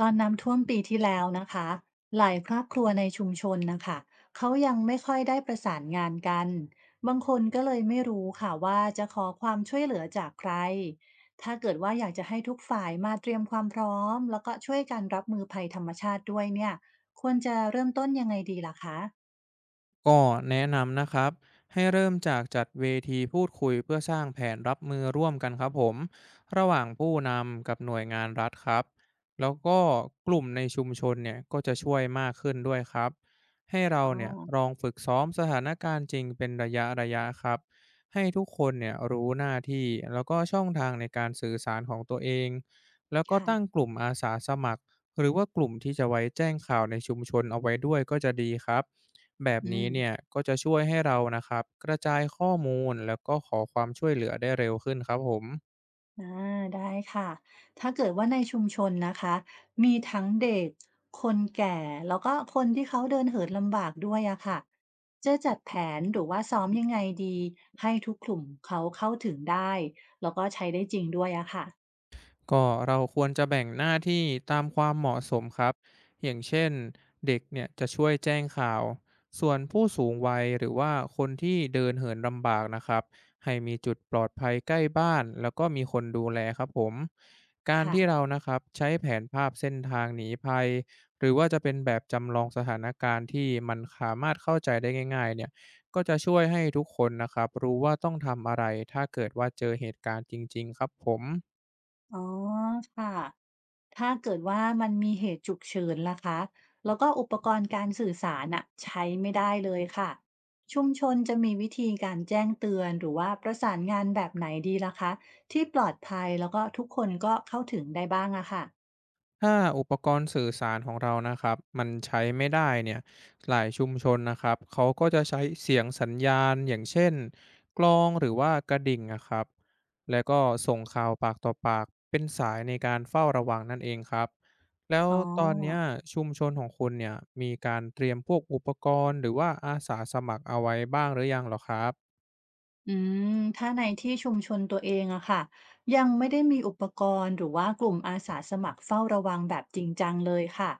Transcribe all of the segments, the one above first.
ตอนน้ำท่วมปีที่แล้วนะคะหลายครอบครัวในชุมชนนะคะเขายังไม่ค่อยได้ประสานงานกันบางคนก็เลยไม่รู้ค่ะว่าจะขอความช่วยเหลือจากใครถ้าเกิดว่าอยากจะให้ทุกฝ่ายมาเตรียมความพร้อมแล้วก็ช่วยกันรับมือภัยธรรมชาติด้วยเนี่ยควรจะเริ่มต้นยังไงดีล่ะคะก็แนะนำนะครับให้เริ่มจากจัดเวทีพูดคุยเพื่อสร้างแผนรับมือร่วมกันครับผมระหว่างผู้นำกับหน่วยงานรัฐครับแล้วก็กลุ่มในชุมชนเนี่ยก็จะช่วยมากขึ้นด้วยครับให้เราอ๋อเนี่ยลองฝึกซ้อมสถานการณ์จริงเป็นระยะครับให้ทุกคนเนี่ยรู้หน้าที่แล้วก็ช่องทางในการสื่อสารของตัวเองแล้วก็ค่ะตั้งกลุ่มอาสาสมัครหรือว่ากลุ่มที่จะไว้แจ้งข่าวในชุมชนเอาไว้ด้วยก็จะดีครับ แบบอืนี้ม เนี่ยก็จะช่วยให้เรานะครับกระจายข้อมูลแล้วก็ขอความช่วยเหลือได้เร็วขึ้นครับผม อ่าได้ค่ะถ้าเกิดว่าในชุมชนนะคะมีทั้งเด็กคนแก่แล้วก็คนที่เขาเดินเหินลำบากด้วยอะค่ะจะจัดแผนหรือว่าซ้อมยังไงดีให้ทุกกลุ่มเขาเข้าถึงได้แล้วก็ใช้ได้จริงด้วยอะค่ะก็เราควรจะแบ่งหน้าที่ตามความเหมาะสมครับอย่างเช่นเด็กเนี่ยจะช่วยแจ้งข่าวส่วนผู้สูงวัยหรือว่าคนที่เดินเหินลำบากนะครับให้มีจุดปลอดภัยใกล้บ้านแล้วก็มีคนดูแลครับผมการค่ะที่เรานะครับใช้แผนภาพเส้นทางหนีภัยหรือว่าจะเป็นแบบจำลองสถานการณ์ที่มันสามารถเข้าใจได้ง่ายๆเนี่ยก็จะช่วยให้ทุกคนนะครับรู้ว่าต้องทำอะไรถ้าเกิดว่าเจอเหตุการณ์จริงๆครับผม อ๋อค่ะ ถ้าเกิดว่ามันมีเหตุฉุกเฉินล่ะคะแล้วก็อุปกรณ์การสื่อสารอะใช้ไม่ได้เลยค่ะ ชุมชนจะมีวิธีการแจ้งเตือนหรือว่าประสานงานแบบไหนดีล่ะคะที่ปลอดภัยแล้วก็ทุกคนก็เข้าถึงได้บ้างอะค่ะถ้าอุปกรณ์สื่อสารของเรานะครับมันใช้ไม่ได้เนี่ยหลายชุมชนนะครับเขาก็จะใช้เสียงสัญญาณอย่างเช่นกลองหรือว่ากระดิ่งนะครับแล้วก็ส่งข่าวปากต่อปากเป็นสายในการเฝ้าระวังนั่นเองครับแล้วอ๋อ ตอนเนี้ยชุมชนของคุณเนี่ยมีการเตรียมพวกอุปกรณ์หรือว่าอาสาสมัครเอาไว้บ้างหรือยังเหรอครับ อืถ้าในที่ชุมชนตัวเองอะค่ะยังไม่ได้มีอุปกรณ์หรือว่ากลุ่มอาสาสมัครเฝ้าระวังแบบจริงจังเลยค่ะ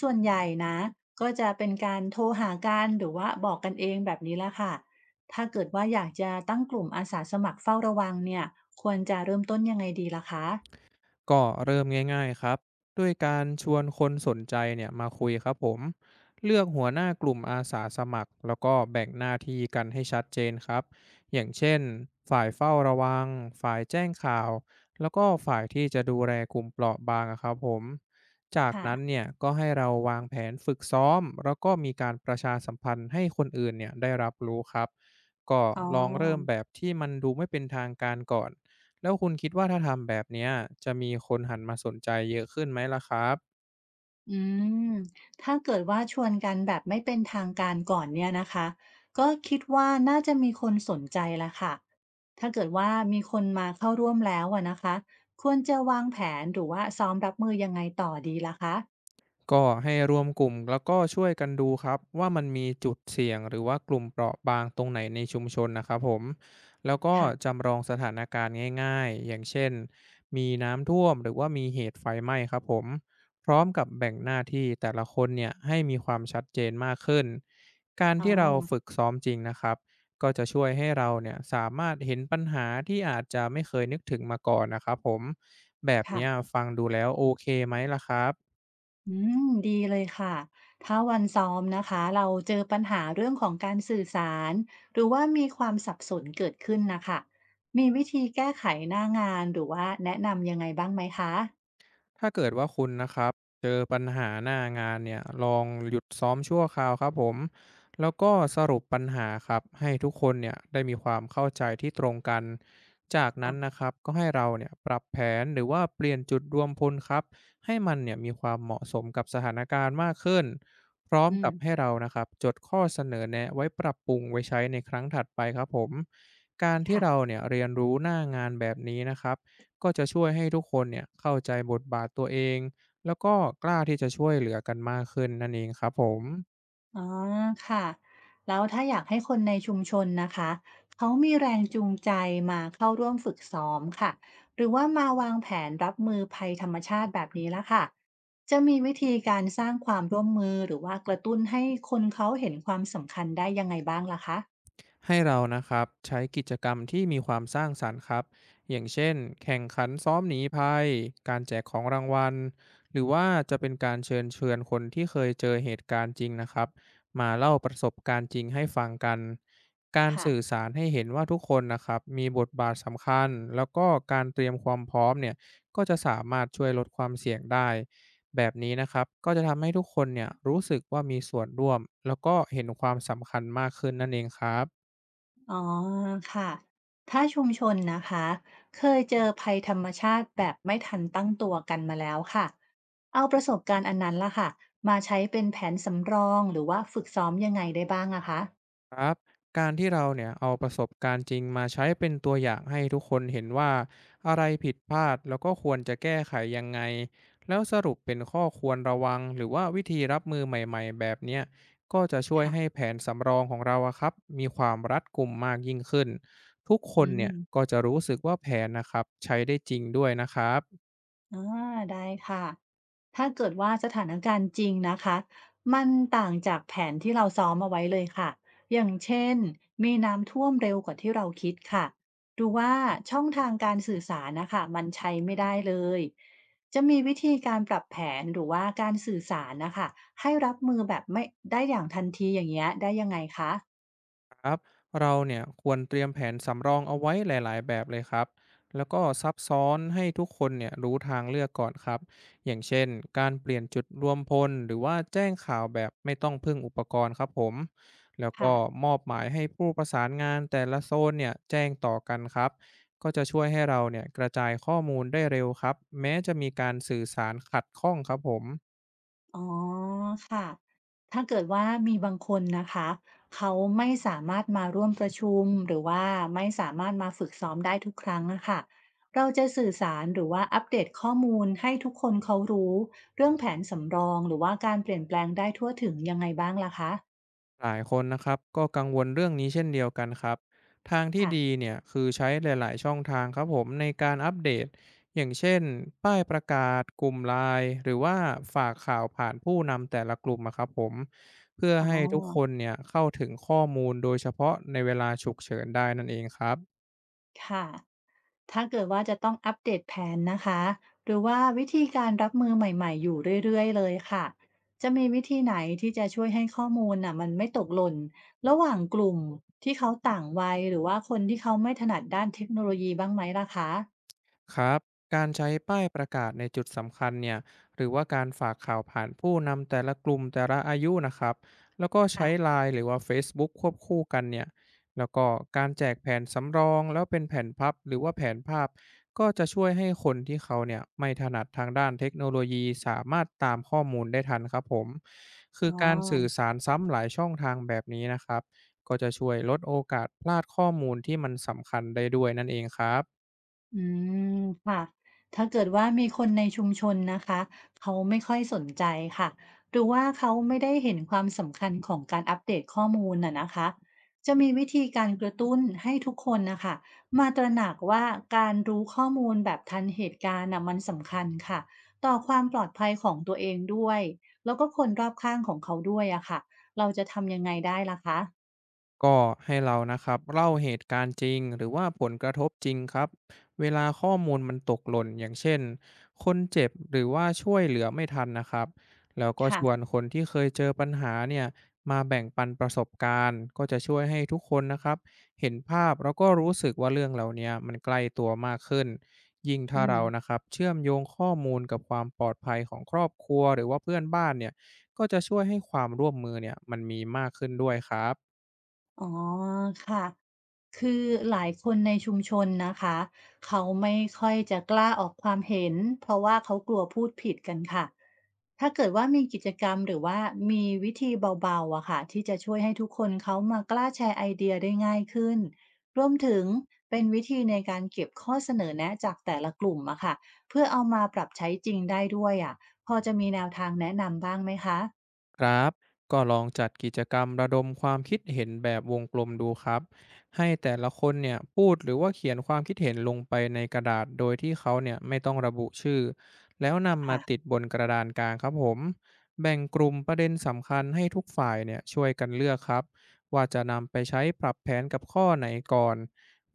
ส่วนใหญ่นะก็จะเป็นการโทรหากันหรือว่าบอกกันเองแบบนี้ละค่ะถ้าเกิดว่าอยากจะตั้งกลุ่มอาสาสมัครเฝ้าระวังเนี่ยควรจะเริ่มต้นยังไงดีล่ะคะก็เริ่มง่ายๆครับด้วยการชวนคนสนใจเนี่ยมาคุยครับผมเลือกหัวหน้ากลุ่มอาสาสมัครแล้วก็แบ่งหน้าที่กันให้ชัดเจนครับอย่างเช่นฝ่ายเฝ้าระวังฝ่ายแจ้งข่าวแล้วก็ฝ่ายที่จะดูแลกลุ่มเปราะบางอะครับผมจากค่ะนั้นเนี่ยก็ให้เราวางแผนฝึกซ้อมแล้วก็มีการประชาสัมพันธ์ให้คนอื่นเนี่ยได้รับรู้ครับก็อ๋อ ลองเริ่มแบบที่มันดูไม่เป็นทางการก่อน แล้วคุณคิดว่าถ้าทำแบบเนี้ยจะมีคนหันมาสนใจเยอะขึ้นไหมล่ะครับ อืมถ้าเกิดว่าชวนกันแบบไม่เป็นทางการก่อนเนี่ยนะคะ ก็คิดว่าน่าจะมีคนสนใจละค่ะถ้าเกิดว่ามีคนมาเข้าร่วมแล้วอะนะคะควรจะวางแผนหรือว่าซ้อมรับมือยังไงต่อดีล่ะคะก็ให้รวมกลุ่มแล้วก็ช่วยกันดูครับว่ามันมีจุดเสี่ยงหรือว่ากลุ่มเปราะบางตรงไหนในชุมชนนะครับผมแล้วก็ค่ะจำลองสถานการณ์ง่ายๆอย่างเช่นมีน้ำท่วมหรือว่ามีเหตุไฟไหม้ครับผมพร้อมกับแบ่งหน้าที่แต่ละคนเนี่ยให้มีความชัดเจนมากขึ้นการอ๋อที่เราฝึกซ้อมจริงนะครับก็จะช่วยให้เราเนี่ยสามารถเห็นปัญหาที่อาจจะไม่เคยนึกถึงมาก่อนนะครับผมแบบค่ะเนี้ยฟังดูแล้วโอเคไหมล่ะครับ อืมดีเลยค่ะถ้าวันซ้อมนะคะเราเจอปัญหาเรื่องของการสื่อสารหรือว่ามีความสับสนเกิดขึ้นนะคะมีวิธีแก้ไขหน้างานหรือว่าแนะนำยังไงบ้างไหมคะ ถ้าเกิดว่าคุณนะครับเจอปัญหาหน้างานเนี่ยลองหยุดซ้อมชั่วคราวครับผมแล้วก็สรุปปัญหาครับให้ทุกคนเนี่ยได้มีความเข้าใจที่ตรงกันจากนั้นนะครับก็ให้เราเนี่ยปรับแผนหรือว่าเปลี่ยนจุดรวมพลครับให้มันเนี่ยมีความเหมาะสมกับสถานการณ์มากขึ้นพร้อมอืมกับให้เรานะครับจดข้อเสนอแนะไว้ปรับปรุงไว้ใช้ในครั้งถัดไปครับผมการที่ค่ะเราเนี่ยเรียนรู้หน้างานแบบนี้นะครับ ก็จะช่วยให้ทุกคนเนี่ยเข้าใจบทบาทตัวเองแล้วก็กล้าที่จะช่วยเหลือกันมากขึ้นนั่นเองครับผม อ๋อค่ะแล้วถ้าอยากให้คนในชุมชนนะคะเขามีแรงจูงใจมาเข้าร่วมฝึกซ้อมค่ะหรือว่ามาวางแผนรับมือภัยธรรมชาติแบบนี้ละค่ะจะมีวิธีการสร้างความร่วมมือหรือว่ากระตุ้นให้คนเขาเห็นความสำคัญได้ยังไงบ้างล่ะคะให้เรานะครับใช้กิจกรรมที่มีความสร้างสรรค์ครับอย่างเช่นแข่งขันซ้อมหนีภัยการแจกของรางวัลหรือว่าจะเป็นการเชิญคนที่เคยเจอเหตุการณ์จริงนะครับมาเล่าประสบการณ์จริงให้ฟังกันการค่ะ สื่อสารให้เห็นว่าทุกคนนะครับมีบทบาทสำคัญแล้วก็การเตรียมความพร้อมเนี่ยก็จะสามารถช่วยลดความเสี่ยงได้แบบนี้นะครับก็จะทำให้ทุกคนเนี่ยรู้สึกว่ามีส่วนร่วมแล้วก็เห็นความสำคัญมากขึ้นนั่นเองครับ อ๋อค่ะถ้าชุมชนนะคะเคยเจอภัยธรรมชาติแบบไม่ทันตั้งตัวกันมาแล้วค่ะเอาประสบการณ์อันนั้นล่ะค่ะมาใช้เป็นแผนสำรองหรือว่าฝึกซ้อมยังไงได้บ้างอะคะครับการที่เราเนี่ยเอาประสบการณ์จริงมาใช้เป็นตัวอย่างให้ทุกคนเห็นว่าอะไรผิดพลาดแล้วก็ควรจะแก้ไขยังไงแล้วสรุปเป็นข้อควรระวังหรือว่าวิธีรับมือใหม่ๆแบบเนี้ยก็จะช่วยให้ค่ะแผนสำรองของเราอะครับมีความรัดกุมมากยิ่งขึ้นทุกคนอืมเนี่ยก็จะรู้สึกว่าแผนนะครับใช้ได้จริงด้วยนะครับ อ่าได้ค่ะ ถ้าเกิดว่าสถานการณ์จริงนะคะมันต่างจากแผนที่เราซ้อมเอาไว้เลยค่ะอย่างเช่นมีน้ำท่วมเร็วกว่าที่เราคิดค่ะดูว่าช่องทางการสื่อสารนะคะมันใช้ไม่ได้เลยจะมีวิธีการปรับแผนหรือว่าการสื่อสารนะคะให้รับมือแบบไม่ได้อย่างทันทีอย่างเงี้ยได้ยังไงคะครับเราเนี่ยควรเตรียมแผนสำรองเอาไว้หลายๆแบบเลยครับแล้วก็ซับซ้อนให้ทุกคนเนี่ยรู้ทางเลือกก่อนครับอย่างเช่นการเปลี่ยนจุดรวมพลหรือว่าแจ้งข่าวแบบไม่ต้องพึ่งอุปกรณ์ครับผมแล้วค่ะ ก็มอบหมายให้ผู้ประสานงานแต่ละโซนเนี่ยแจ้งต่อกันครับก็จะช่วยให้เราเนี่ยกระจายข้อมูลได้เร็วครับแม้จะมีการสื่อสารขัดข้องครับผม อ๋อค่ะ ถ้าเกิดว่ามีบางคนนะคะ เขาไม่สามารถมาร่วมประชุมหรือว่าไม่สามารถมาฝึกซ้อมได้ทุกครั้งอะค่ะ เราจะสื่อสารหรือว่าอัปเดตข้อมูลให้ทุกคนเขารู้เรื่องแผนสำรองหรือว่าการเปลี่ยนแปลงได้ทั่วถึงยังไงบ้างล่ะคะหลายคนนะครับก็กังวลเรื่องนี้เช่นเดียวกันครับทางที่ดีค่ะเนี่ยคือใช้หลายๆช่องทางครับผมในการอัปเดตอย่างเช่นป้ายประกาศกลุ่มไลน์หรือว่าฝากข่าวผ่านผู้นำแต่ละกลุ่มอะครับผมเพื่ออ๋อให้ทุกคนเนี่ยเข้าถึงข้อมูลโดยเฉพาะในเวลาฉุกเฉินได้นั่นเองครับ ค่ะ ถ้าเกิดว่าจะต้องอัปเดตแผนนะคะหรือว่าวิธีการรับมือใหม่ๆอยู่เรื่อยๆเลยค่ะจะมีวิธีไหนที่จะช่วยให้ข้อมูลน่ะมันไม่ตกหล่นระหว่างกลุ่มที่เขาต่างวัยหรือว่าคนที่เขาไม่ถนัดด้านเทคโนโลยีบ้างไหมล่ะคะครับการใช้ป้ายประกาศในจุดสำคัญเนี่ยหรือว่าการฝากข่าวผ่านผู้นำแต่ละกลุ่มแต่ละอายุนะครับแล้วก็อ่ะใช้ไลน์หรือว่า Facebook ควบคู่กันเนี่ยแล้วก็การแจกแผนสำรองแล้วเป็นแผ่นพับหรือว่าแผนภาพก็จะช่วยให้คนที่เขาเนี่ยไม่ถนัดทางด้านเทคโนโลยีสามารถตามข้อมูลได้ทันครับผมคืออ๋อ การสื่อสารซ้ำหลายช่องทางแบบนี้นะครับก็จะช่วยลดโอกาสพลาดข้อมูลที่มันสำคัญได้ด้วยนั่นเองครับ อืมค่ะถ้าเกิดว่ามีคนในชุมชนนะคะเขาไม่ค่อยสนใจค่ะหรือว่าเขาไม่ได้เห็นความสำคัญของการอัปเดตข้อมูลน่ะนะคะจะมีวิธีการกระตุ้นให้ทุกคนนะคะมาตระหนักว่าการรู้ข้อมูลแบบทันเหตุการณ์น่ะมันสำคัญค่ะต่อความปลอดภัยของตัวเองด้วยแล้วก็คนรอบข้างของเขาด้วยอะค่ะเราจะทำยังไงได้ล่ะคะก็ให้เรานะครับเล่าเหตุการณ์จริงหรือว่าผลกระทบจริงครับเวลาข้อมูลมันตกหล่นอย่างเช่นคนเจ็บหรือว่าช่วยเหลือไม่ทันนะครับแล้วก็ชค่ะวนคนที่เคยเจอปัญหาเนี่ยมาแบ่งปันประสบการณ์ก็จะช่วยให้ทุกคนนะครับเห็นภาพแล้วก็รู้สึกว่าเรื่องเหล่านี้มันใกล้ตัวมากขึ้นยิ่งอืถ้าม เรานะครับเชื่อมโยงข้อมูลกับความปลอดภัยของครอบครัวหรือว่าเพื่อนบ้านเนี่ยก็จะช่วยให้ความร่วมมือเนี่ยมันมีมากขึ้นด้วยครับ อ๋อค่ะคือหลายคนในชุมชนนะคะเขาไม่ค่อยจะกล้าออกความเห็นเพราะว่าเขากลัวพูดผิดกันค่ะถ้าเกิดว่ามีกิจกรรมหรือว่ามีวิธีเบาๆอะค่ะที่จะช่วยให้ทุกคนเขามากล้าแชร์ไอเดียได้ง่ายขึ้นรวมถึงเป็นวิธีในการเก็บข้อเสนอแนะจากแต่ละกลุ่มอะค่ะเพื่อเอามาปรับใช้จริงได้ด้วยอะพอจะมีแนวทางแนะนำบ้างไหมคะครับก็ลองจัดกิจกรรมระดมความคิดเห็นแบบวงกลมดูครับให้แต่ละคนเนี่ยพูดหรือว่าเขียนความคิดเห็นลงไปในกระดาษโดยที่เขาเนี่ยไม่ต้องระบุชื่อแล้วนำมาค่ะติดบนกระดานกลางครับผมแบ่งกลุ่มประเด็นสำคัญให้ทุกฝ่ายเนี่ยช่วยกันเลือกครับว่าจะนำไปใช้ปรับแผนกับข้อไหนก่อน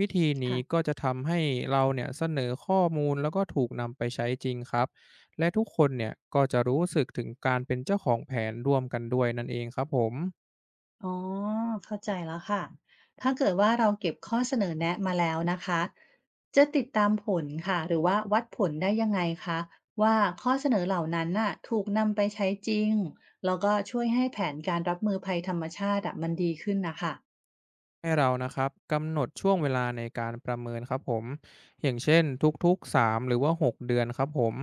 วิธีนี้ก็ค่ะ จะทำให้เราเนี่ยเสนอข้อมูลแล้วก็ถูกนำไปใช้จริงครับ และทุกคนเนี่ยก็จะรู้สึกถึงการเป็นเจ้าของแผนร่วมกันด้วยนั่นเองครับผม อ๋อเข้าใจแล้วค่ะถ้าเกิดว่าเราเก็บข้อเสนอแนะมาแล้วนะคะจะติดตามผลค่ะหรือว่าวัดผลได้ยังไงคะว่าข้อเสนอเหล่านั้นน่ะถูกนำไปใช้จริงแล้วก็ช่วยให้แผนการรับมือภัยธรรมชาติอะมันดีขึ้นนะคะให้เรานะครับกำหนดช่วงเวลาในการประเมินครับผมอย่างเช่นทุกๆ3 หรือว่า 6 เดือนครับผม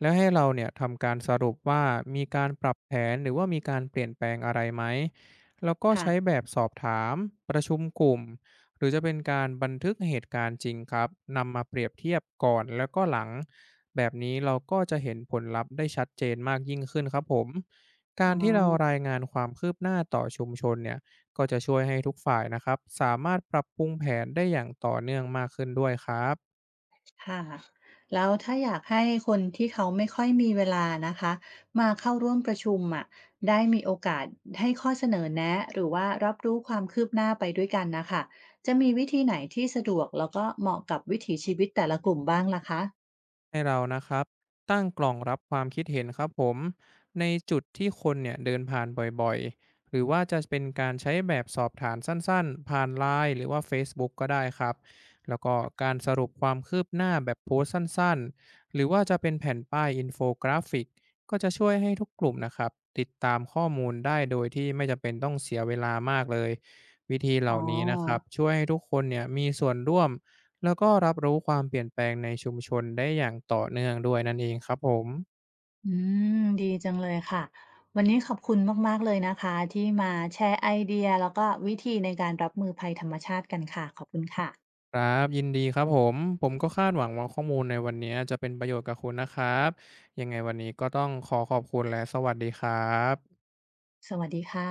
แล้วให้เราเนี่ยทำการสรุปว่ามีการปรับแผนหรือว่ามีการเปลี่ยนแปลงอะไรไหมแล้วก็ค่ะใช้แบบสอบถามประชุมกลุ่มหรือจะเป็นการบันทึกเหตุการณ์จริงครับนำมาเปรียบเทียบก่อนแล้วก็หลังแบบนี้เราก็จะเห็นผลลัพธ์ได้ชัดเจนมากยิ่งขึ้นครับผมกาอ๋รอ ที่เรารายงานความคืบหน้าต่อชุมชนเนี่ย ก็จะช่วยให้ทุกฝ่ายนะครับสามารถปรับปรุงแผนได้อย่างต่อเนื่องมากขึ้นด้วยครับ ค่ะแล้วถ้าอยากให้คนที่เขาไม่ค่อยมีเวลานะคะมาเข้าร่วมประชุมอะได้มีโอกาสให้ข้อเสนอแนะหรือว่ารับรู้ความคืบหน้าไปด้วยกันนะคะจะมีวิธีไหนที่สะดวกแล้วก็เหมาะกับวิถีชีวิตแต่ละกลุ่มบ้างล่ะคะให้เรานะครับตั้งกล่องรับความคิดเห็นครับผมในจุดที่คนเนี่ยเดินผ่านบ่อยๆหรือว่าจะเป็นการใช้แบบสอบถามสั้นๆผ่านไลน์หรือว่า Facebook กก็ได้ครับแล้วก็การสรุปความคืบหน้าแบบโพสต์สั้นๆหรือว่าจะเป็นแผ่นป้ายอินโฟกราฟิกก็จะช่วยให้ทุกกลุ่มนะครับติดตามข้อมูลได้โดยที่ไม่จำเป็นต้องเสียเวลามากเลยวิธีเหอ๋อล่านี้นะครับช่วยให้ทุกคนเนี่ยมีส่วนร่วม แล้วก็รับรู้ความเปลี่ยนแปลงในชุมชนได้อย่างต่อเนื่องด้วยนั่นเองครับผมอืมดีจังเลยค่ะวันนี้ขอบคุณมากๆเลยนะคะที่มาแชร์ไอเดียแล้วก็วิธีในการรับมือภัยธรรมชาติกันค่ะขอบคุณค่ะครับยินดีครับผมผมก็คาดหวังว่าข้อมูลในวันนี้จะเป็นประโยชน์กับคุณนะครับยังไงวันนี้ก็ต้องขอขอบคุณและสวัสดีครับสวัสดีค่ะ